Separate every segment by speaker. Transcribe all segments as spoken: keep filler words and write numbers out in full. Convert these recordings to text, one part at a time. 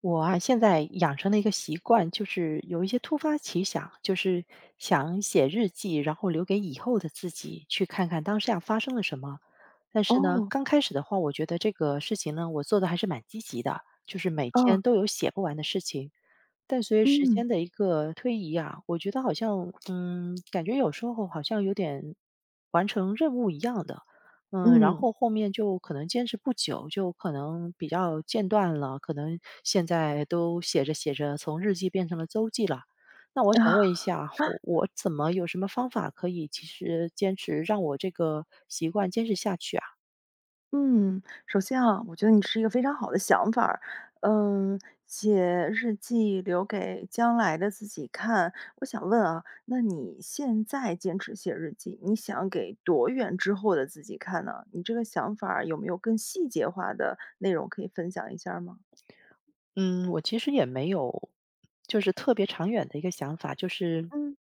Speaker 1: 我啊，现在养成了一个习惯，就是有一些突发奇想，就是想写日记，然后留给以后的自己去看看当下发生了什么。但是呢，
Speaker 2: 哦，
Speaker 1: 刚开始的话，我觉得这个事情呢，我做的还是蛮积极的，就是每
Speaker 2: 哦，
Speaker 1: 天都有写不完的事情。但随着时
Speaker 2: 嗯，
Speaker 1: 间的一个推移啊，我觉得好像，嗯，感觉有时候好像有点完成任务一样的。嗯，然
Speaker 2: 嗯，
Speaker 1: 后后面就可能坚持不久，就可能比较间断了，可能现在都写着写着，从日记变成了周记了。那我想
Speaker 2: 啊
Speaker 1: 问一下，我我怎么有什么方法可以其实坚持让我这个习惯坚持下去啊？
Speaker 2: 嗯，首先啊，我觉得你是一个非常好的想法儿，嗯，写日记留给将来的自己看。我想问啊，那你现在坚持写日记，你想给多远之后的自己看呢？你这个想法儿有没有更细节化的内容可以分享一下儿吗？
Speaker 1: 嗯，我其实也没有，就是特别长远的一个想法，就是
Speaker 2: 嗯，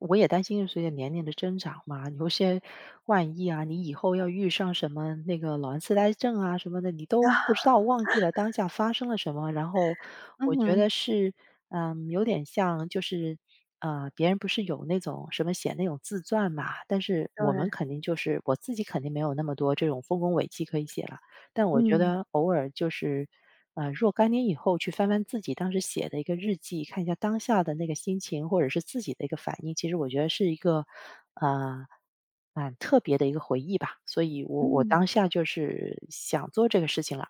Speaker 1: 我也担心随着年龄的增长嘛，有些万一啊，你以后要遇上什么那个老年痴呆症啊什么的，你都不
Speaker 2: 啊，
Speaker 1: 知道，忘记了当下发生了什么。然后我觉
Speaker 2: 嗯，
Speaker 1: 得是，嗯，有点像就是。呃，别人不是有那种什么写那种自传嘛，但是我们
Speaker 2: 对，
Speaker 1: 肯定就是我自己肯定没有那么多这种丰功伟绩可以写了，但我觉
Speaker 2: 嗯，
Speaker 1: 得偶尔就是啊，若干年以后去翻翻自己当时写的一个日记，看一下当下的那个心情，或者是自己的一个反应，其实我觉得是一个，啊，蛮特别的一个回忆吧。所以我我
Speaker 2: 嗯。
Speaker 1: 当下就是想做这个事情了，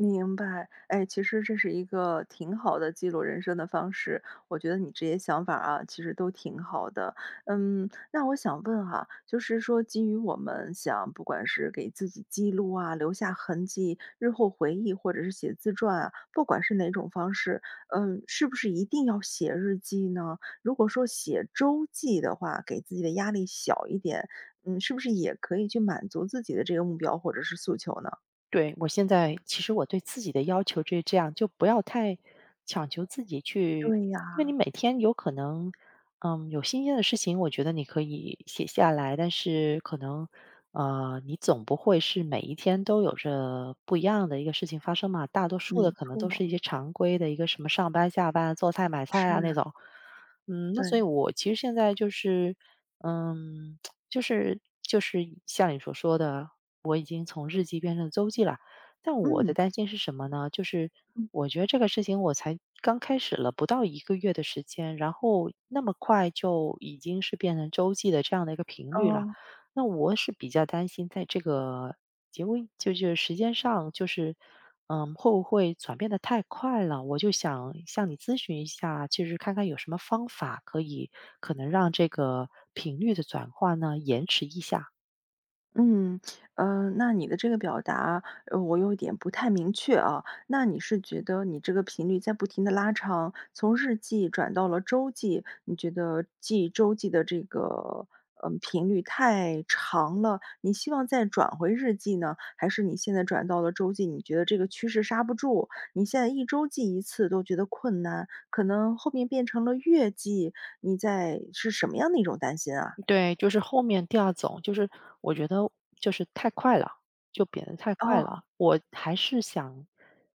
Speaker 2: 明白，哎，其实这是一个挺好的记录人生的方式，我觉得你这些想法啊，其实都挺好的。嗯，那我想问哈，就是说基于我们想，不管是给自己记录啊，留下痕迹，日后回忆，或者是写自传啊，不管是哪种方式，嗯，是不是一定要写日记呢？如果说写周记的话，给自己的压力小一点，嗯，是不是也可以去满足自己的这个目标或者是诉求呢？
Speaker 1: 对，我现在其实我对自己的要求就是这样，就不要太强求自己去，
Speaker 2: 对
Speaker 1: 因为你
Speaker 2: 呀、
Speaker 1: 每天有可能，嗯，有新鲜的事情，我觉得你可以写下来，但是可能，呃，你总不会是每一天都有着不一样的一个事情发生嘛，大多数的
Speaker 2: 没
Speaker 1: 可能都
Speaker 2: 错，
Speaker 1: 是一些常规的一个什么上班、下班、做菜、买菜
Speaker 2: 是
Speaker 1: 啊那
Speaker 2: 啊，
Speaker 1: 种。嗯，那所
Speaker 2: 对，
Speaker 1: 以我其实现在就是，嗯，就是就是像你所说的，经从日记变成周记了。但我的
Speaker 2: 嗯，
Speaker 1: 担心是什么呢？就是
Speaker 2: 嗯，
Speaker 1: 我觉得这个事情我才刚开始了不到一个月的时间，然后那么快就已经是变成周记的这样的一个频率了。
Speaker 2: 哦，
Speaker 1: 那我是比较担心在这个节目，就是时间上，就是嗯，会不会转变的太快了？我就想向你咨询一下，就是看看有什么方法可以可能让这个频率的转换呢延迟一下。
Speaker 2: 嗯，呃，那你的这个表达，呃，我有点不太明确啊。那你是觉得你这个频率在不停的拉长，从日记转到了周记，你觉得记周记的这个，嗯频率太长了，你希望再转回日记呢？还是你现在转到了周记，你觉得这个趋势刹不住，你现在一周记一次都觉得困难，可能后面变成了月记，你在是什么样的一种担心啊？
Speaker 1: 对，就是后面第二种，就是我觉得就是太快了，就贬得太快
Speaker 2: 哦，
Speaker 1: 了。我还是想，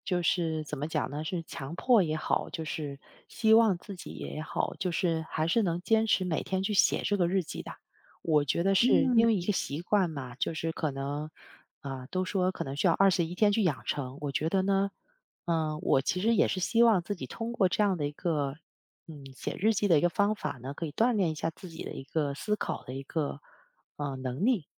Speaker 1: 就是怎么讲呢？是强迫也好，就是希望自己也好，就是还是能坚持每天去写这个日记的。我觉得是
Speaker 2: 嗯。
Speaker 1: 因为一个习惯嘛，就是可能啊、都说可能需要二十一天去养成。我觉得呢，嗯、我其实也是希望自己通过这样的一个嗯，写日记的一个方法呢，可以锻炼一下自己的一个思考的一个呃能力。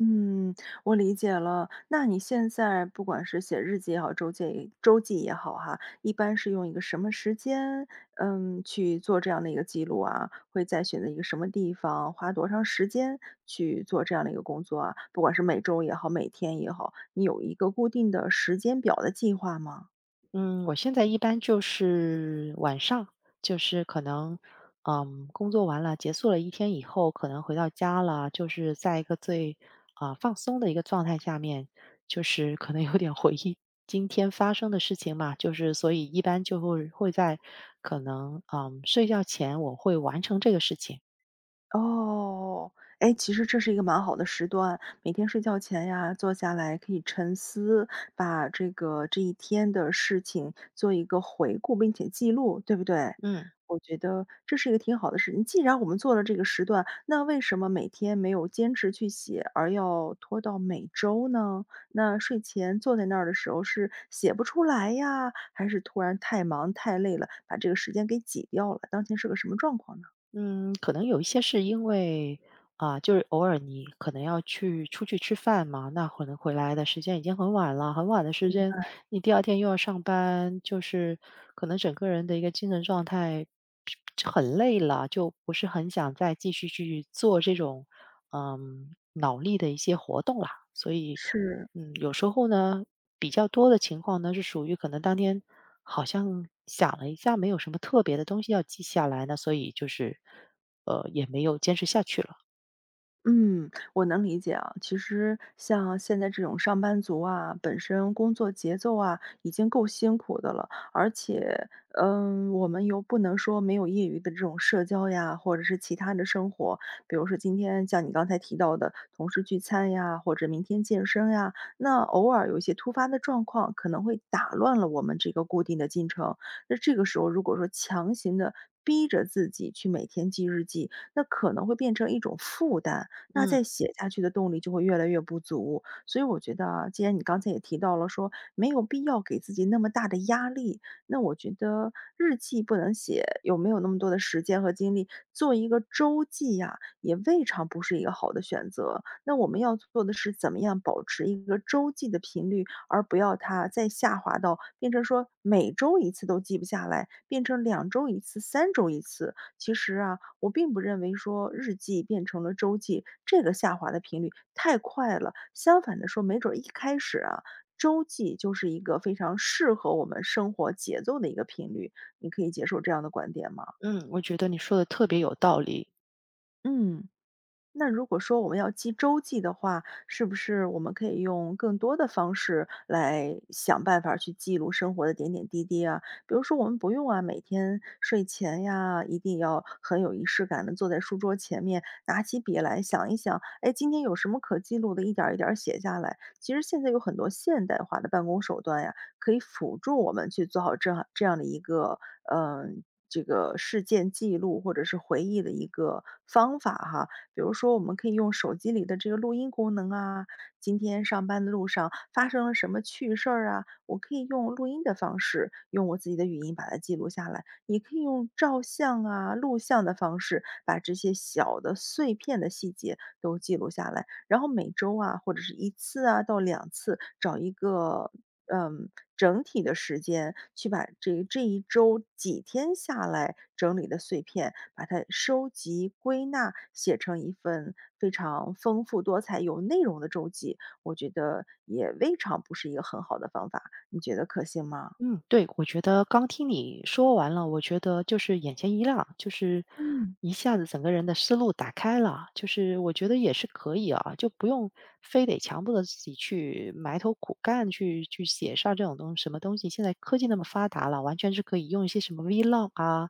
Speaker 2: 嗯，我理解了。那你现在不管是写日记也好，周记周记也好哈，一般是用一个什么时间，嗯，去做这样的一个记录啊？会在选择一个什么地方，花多长时间去做这样的一个工作啊？不管是每周也好，每天也好，你有一个固定的时间表的计划吗？
Speaker 1: 嗯，我现在一般就是晚上，就是可能嗯工作完了，结束了一天以后，可能回到家了，就是在一个最啊、放松的一个状态下面，就是可能有点回忆今天发生的事情嘛，就是所以一般就会会在可能嗯睡觉前我会完成这个事情。
Speaker 2: 哦，哎，其实这是一个蛮好的时段，每天睡觉前呀，坐下来可以沉思，把这个这一天的事情做一个回顾，并且记录，对不对？
Speaker 1: 嗯。
Speaker 2: 我觉得这是一个挺好的事情。既然我们做了这个时段，那为什么每天没有坚持去写，而要拖到每周呢？那睡前坐在那儿的时候是写不出来呀，还是突然太忙太累了，把这个时间给挤掉了？当前是个什么状况呢？
Speaker 1: 嗯，可能有一些是因为啊，就是偶尔你可能要去出去吃饭嘛，那可能回来的时间已经很晚了，很晚的时间，你第二天又要上班，就是可能整个人的一个精神状态很累了，就不是很想再继续去做这种嗯脑力的一些活动啦，所以。
Speaker 2: 是，
Speaker 1: 嗯，有时候呢，比较多的情况呢，是属于可能当天好像想了一下，没有什么特别的东西要记下来呢，所以就是，呃，也没有坚持下去了。
Speaker 2: 嗯，我能理解啊。其实像现在这种上班族啊，本身工作节奏啊已经够辛苦的了，而且，嗯，我们又不能说没有业余的这种社交呀，或者是其他的生活，比如说今天像你刚才提到的同事聚餐呀，或者明天健身呀，那偶尔有一些突发的状况，可能会打乱了我们这个固定的进程。那这个时候，如果说强行的逼着自己去每天记日记，那可能会变成一种负担。那
Speaker 1: 嗯
Speaker 2: 再写下去的动力就会越来越不足。所以我觉得啊，既然你刚才也提到了说没有必要给自己那么大的压力，那我觉得日记不能写，有没有那么多的时间和精力做一个周记呀，也未尝不是一个好的选择。那我们要做的是怎么样保持一个周记的频率，而不要它再下滑到变成说每周一次都记不下来，变成两周一次、三周一次，其实啊，我并不认为说日记变成了周记，这个下滑的频率太快了。相反的说，没准儿一开始啊，周记就是一个非常适合我们生活节奏的一个频率，你可以接受这样的观点吗？
Speaker 1: 嗯，我觉得你说的特别有道理。
Speaker 2: 嗯。那如果说我们要记周记的话，是不是我们可以用更多的方式来想办法去记录生活的点点滴滴啊？比如说，我们不用啊，每天睡前呀，一定要很有仪式感的坐在书桌前面，拿起笔来想一想，哎，今天有什么可记录的，一点儿一点儿写下来。其实现在有很多现代化的办公手段呀，可以辅助我们去做好这样这样的一个，嗯、这个事件记录或者是回忆的一个方法哈，比如说我们可以用手机里的这个录音功能啊，今天上班的路上发生了什么趣事儿啊，我可以用录音的方式，用我自己的语音把它记录下来，也可以用照相啊、录像的方式，把这些小的碎片的细节都记录下来。然后每周啊，或者是一次啊到两次，找一个嗯，整体的时间去把这这一周几天下来整理的碎片，把它收集归纳，写成一份非常丰富多彩、有内容的周记，我觉得也未尝不是一个很好的方法，你觉得可行吗？
Speaker 1: 嗯，对，我觉得刚听你说完了，我觉得就是眼前一亮，就是
Speaker 2: 嗯，
Speaker 1: 一下子整个人的思路打开了，就是我觉得也是可以啊，就不用非得强迫着自己去埋头苦干去去写上这种东什么东西。现在科技那么发达了，完全是可以用一些什么 vlog 啊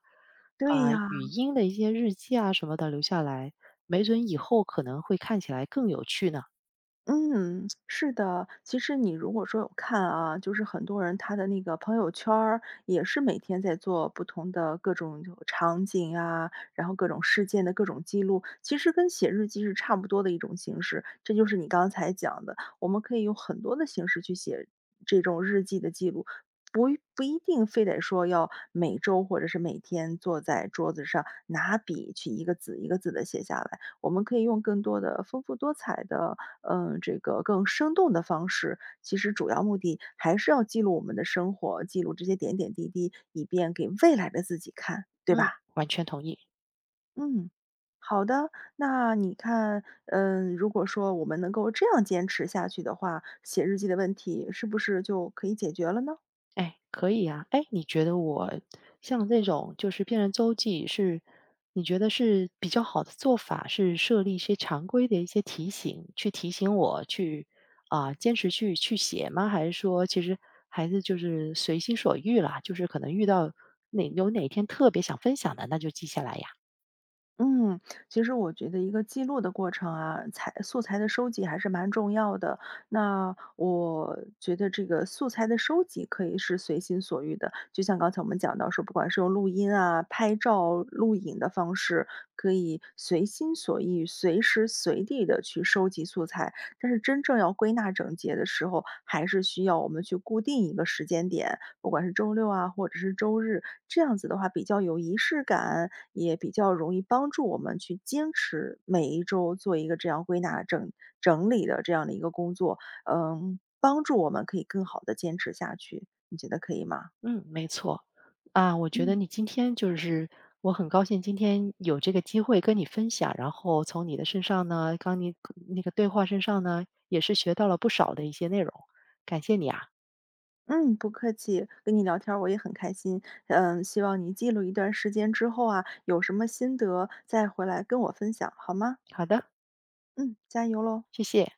Speaker 2: 对
Speaker 1: 啊、
Speaker 2: 呀。
Speaker 1: 语音的一些日记啊什么的留下来，没准以后可能会看起来更有趣呢。
Speaker 2: 嗯，是的。其实你如果说有看啊，就是很多人他的那个朋友圈儿也是每天在做不同的各种就场景啊，然后各种事件的各种记录，其实跟写日记是差不多的一种形式。这就是你刚才讲的，我们可以用很多的形式去写这种日记的记录。不一不一定非得说要每周或者是每天坐在桌子上拿笔去一个字一个字的写下来，我们可以用更多的丰富多彩的，嗯，这个更生动的方式，其实主要目的还是要记录我们的生活，记录这些点点滴滴，以便给未来的自己看，对
Speaker 1: 嗯，
Speaker 2: 吧？
Speaker 1: 完全同意。
Speaker 2: 嗯，好的，那你看，嗯，如果说我们能够这样坚持下去的话，写日记的问题是不是就可以解决了呢？
Speaker 1: 哎，可以啊。哎，你觉得我像这种就是辨认周记是，你觉得是比较好的做法，是设立一些常规的一些提醒，去提醒我去啊、坚持去去写吗？还是说其实还是就是随心所欲啦？就是可能遇到哪有哪天特别想分享的，那就记下来呀。
Speaker 2: 嗯，其实我觉得一个记录的过程啊，材素材的收集还是蛮重要的。那我觉得这个素材的收集可以是随心所欲的，就像刚才我们讲到说，不管是用录音啊、拍照、录影的方式，可以随心所欲、随时随地的去收集素材。但是真正要归纳整洁的时候，还是需要我们去固定一个时间点，不管是周六啊，或者是周日，这样子的话比较有仪式感，也比较容易帮助我们去坚持每一周做一个这样归纳整整理的这样的一个工作，嗯，帮助我们可以更好的坚持下去，你觉得可以吗？
Speaker 1: 嗯，没错。啊，我觉得
Speaker 2: 嗯，
Speaker 1: 你今天就是我很高兴今天有这个机会跟你分享，然后从你的身上呢，刚你那个对话身上呢，也是学到了不少的一些内容，感谢你啊。
Speaker 2: 嗯，不客气，跟你聊天儿我也很开心，嗯，希望你记录一段时间之后啊，有什么心得再回来跟我分享，好吗？
Speaker 1: 好的，
Speaker 2: 嗯，加油喽。
Speaker 1: 谢谢。